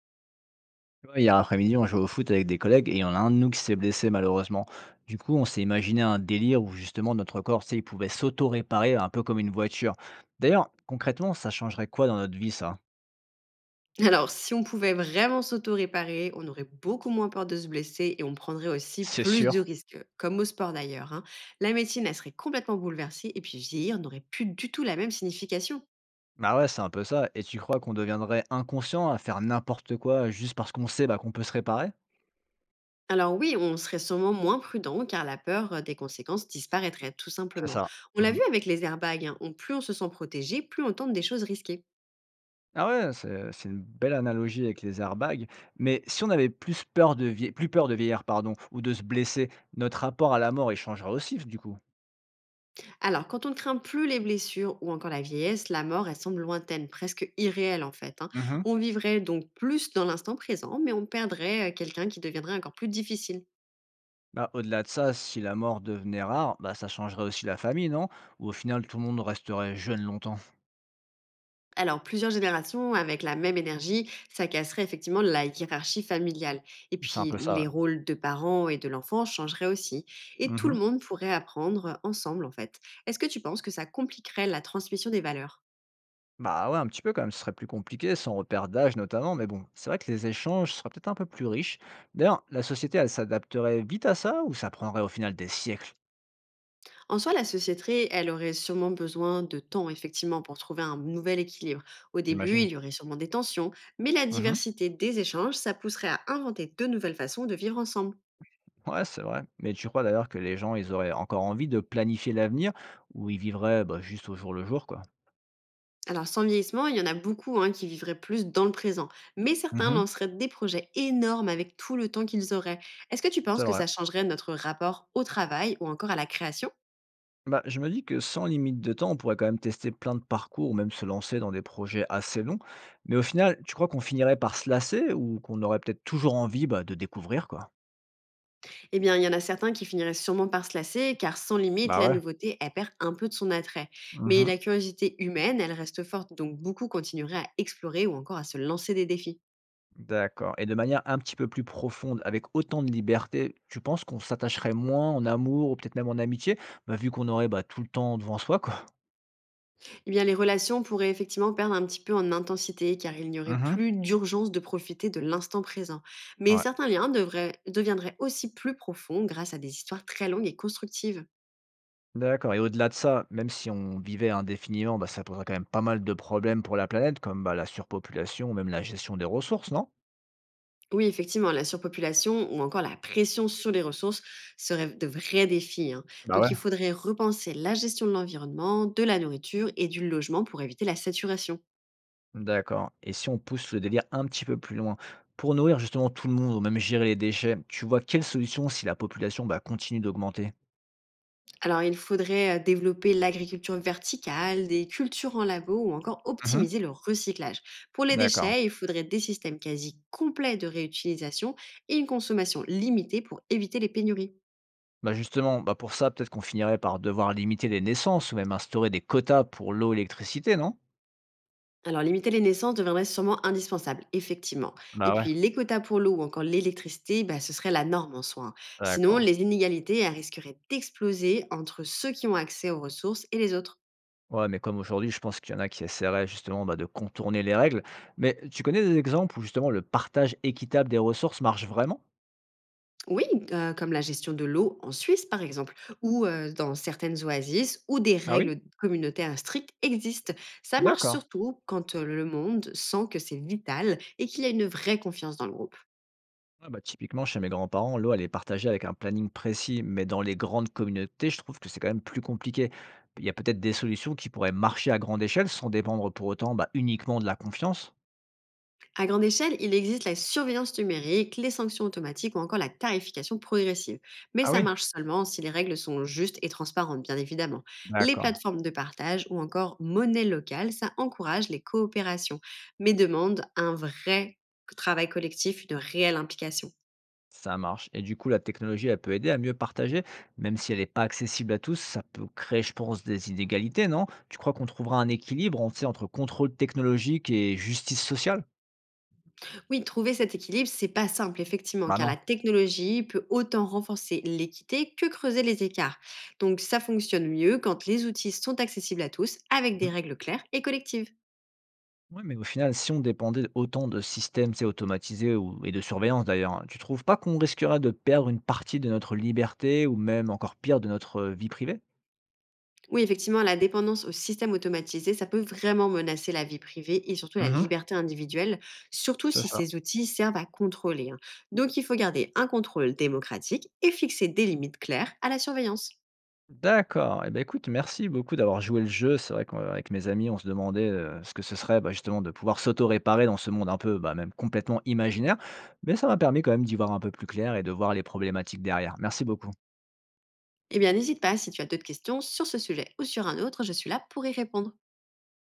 Ouais, hier après-midi, on jouait au foot avec des collègues et il y en a un de nous qui s'est blessé malheureusement. Du coup, on s'est imaginé un délire où justement notre corps, tu sais, il pouvait s'auto-réparer un peu comme une voiture. D'ailleurs, concrètement, ça changerait quoi dans notre vie, ça? Alors, si on pouvait vraiment s'auto-réparer, on aurait beaucoup moins peur de se blesser et on prendrait aussi C'est plus sûr. de risques, comme au sport d'ailleurs, hein. La médecine, elle serait complètement bouleversée et puis vieillir n'aurait plus du tout la même signification. Bah ouais, c'est un peu ça. Et tu crois qu'on deviendrait inconscient à faire n'importe quoi juste parce qu'on sait bah, qu'on peut se réparer? Alors oui, on serait sûrement moins prudent car la peur des conséquences disparaîtrait tout C'est simplement. ça. On l'a Mhm. vu avec les airbags, hein, plus on se sent protégé, plus on tente des choses risquées. Ah ouais, c'est une belle analogie avec les airbags. Mais si on avait plus peur de vieillir, pardon, ou de se blesser, notre rapport à la mort, il changera aussi, du coup. Alors, quand on ne craint plus les blessures ou encore la vieillesse, la mort, elle semble lointaine, presque irréelle en fait, hein. Mhm. On vivrait donc plus dans l'instant présent, mais on perdrait quelqu'un qui deviendrait encore plus difficile. Bah, au-delà de ça, si la mort devenait rare, bah, ça changerait aussi la famille, non? Ou au final, tout le monde resterait jeune longtemps? Alors, plusieurs générations avec la même énergie, ça casserait effectivement la hiérarchie familiale. Et C'est un puis, peu ça, les ouais. rôles de parents et de l'enfant changeraient aussi. Et tout le Mhm. monde pourrait apprendre ensemble, en fait. Est-ce que tu penses que ça compliquerait la transmission des valeurs? Bah ouais, un petit peu quand même, ce serait plus compliqué, sans repère d'âge notamment, mais bon, c'est vrai que les échanges seraient peut-être un peu plus riches. D'ailleurs, la société, elle s'adapterait vite à ça ou ça prendrait au final des siècles, En soi, la société, elle aurait sûrement besoin de temps, effectivement, pour trouver un nouvel équilibre. Au début, j'imagine? il y aurait sûrement des tensions, mais la Mhm. diversité des échanges, ça pousserait à inventer de nouvelles façons de vivre ensemble. Ouais, c'est vrai. Mais tu crois d'ailleurs que les gens, ils auraient encore envie de planifier l'avenir ou ils vivraient bah, juste au jour le jour, quoi? Alors, sans vieillissement, il y en a beaucoup, hein, qui vivraient plus dans le présent, mais certains Mhm. lanceraient des projets énormes avec tout le temps qu'ils auraient. Est-ce que tu penses C'est que vrai. ça changerait notre rapport au travail ou encore à la création? Bah, je me dis que sans limite de temps, on pourrait quand même tester plein de parcours ou même se lancer dans des projets assez longs. Mais au final, tu crois qu'on finirait par se lasser ou qu'on aurait peut-être toujours envie bah, de découvrir quoi? Eh bien, il y en a certains qui finiraient sûrement par se lasser, car sans limite, Bah la ouais. nouveauté, elle perd un peu de son attrait. Mais Mhm. la curiosité humaine, elle reste forte, donc beaucoup continueraient à explorer ou encore à se lancer des défis. D'accord. Et de manière un petit peu plus profonde, avec autant de liberté, tu penses qu'on s'attacherait moins en amour ou peut-être même en amitié, bah, vu qu'on aurait bah, tout le temps devant soi, quoi. Eh bien, les relations pourraient effectivement perdre un petit peu en intensité, car il n'y aurait Mhm. plus d'urgence de profiter de l'instant présent. Mais Ouais. certains liens deviendraient aussi plus profonds grâce à des histoires très longues et constructives. D'accord. Et au-delà de ça, même si on vivait indéfiniment, bah, ça poserait quand même pas mal de problèmes pour la planète, comme bah, la surpopulation ou même la gestion des ressources, non? Oui, effectivement, la surpopulation ou encore la pression sur les ressources seraient de vrais défis, hein. Bah, Donc, ouais. il faudrait repenser la gestion de l'environnement, de la nourriture et du logement pour éviter la saturation. D'accord, et si on pousse le délire un petit peu plus loin? Pour nourrir justement tout le monde ou même gérer les déchets, tu vois quelle solution si la population, bah, continue d'augmenter? Alors, il faudrait développer l'agriculture verticale, des cultures en labo ou encore Mmh. optimiser le recyclage. Pour les D'accord. déchets, il faudrait des systèmes quasi complets de réutilisation et une consommation limitée pour éviter les pénuries. Bah, justement, bah, pour ça, peut-être qu'on finirait par devoir limiter les naissances ou même instaurer des quotas pour l'eau, et l'électricité, non? Alors, limiter les naissances deviendrait sûrement indispensable, effectivement. Et Bah, ouais, puis, les quotas pour l'eau ou encore l'électricité, bah, ce serait la norme en soi, hein. Sinon, d'accord. les inégalités elles risqueraient d'exploser entre ceux qui ont accès aux ressources et les autres. Ouais, mais comme aujourd'hui, je pense qu'il y en a qui essaieraient justement, bah, de contourner les règles. Mais tu connais des exemples où justement le partage équitable des ressources marche vraiment? Oui, comme la gestion de l'eau en Suisse, par exemple, ou dans certaines oasis où des Ah oui? règles communautaires strictes existent. Ça marche D'accord. surtout quand le monde sent que c'est vital et qu'il y a une vraie confiance dans le groupe. Ouais, bah, typiquement, chez mes grands-parents, l'eau, elle est partagée avec un planning précis, mais dans les grandes communautés, je trouve que c'est quand même plus compliqué. Il y a peut-être des solutions qui pourraient marcher à grande échelle sans dépendre pour autant bah, uniquement de la confiance. À grande échelle, il existe la surveillance numérique, les sanctions automatiques ou encore la tarification progressive. Mais Ah ça oui, marche seulement si les règles sont justes et transparentes, bien évidemment. Les d'accord. plateformes de partage ou encore monnaie locale, ça encourage les coopérations, mais demande un vrai travail collectif, une réelle implication. Ça marche. Et du coup, la technologie, elle peut aider à mieux partager, même si elle n'est pas accessible à tous. Ça peut créer, je pense, des inégalités, non? Tu crois qu'on trouvera un équilibre, on sait, entre contrôle technologique et justice sociale? Oui, trouver cet équilibre, c'est pas simple, effectivement, Bah car non. la technologie peut autant renforcer l'équité que creuser les écarts. Donc ça fonctionne mieux quand les outils sont accessibles à tous, avec des règles claires et collectives. Ouais, mais au final, si on dépendait autant de systèmes, c'est automatisés ou, et de surveillance d'ailleurs, hein, tu trouves pas qu'on risquerait de perdre une partie de notre liberté ou même encore pire de notre vie privée? Oui, effectivement, la dépendance au système automatisé, ça peut vraiment menacer la vie privée et surtout la Mhm, liberté individuelle, surtout c'est si ça. ces outils servent à contrôler, hein. Donc, il faut garder un contrôle démocratique et fixer des limites claires à la surveillance. D'accord. Eh ben écoute, merci beaucoup d'avoir joué le jeu. C'est vrai qu'avec mes amis, on se demandait ce que ce serait bah, justement de pouvoir s'auto-réparer dans ce monde un peu, bah, même complètement imaginaire. Mais ça m'a permis quand même d'y voir un peu plus clair et de voir les problématiques derrière. Merci beaucoup. Eh bien, n'hésite pas si tu as d'autres questions sur ce sujet ou sur un autre, je suis là pour y répondre.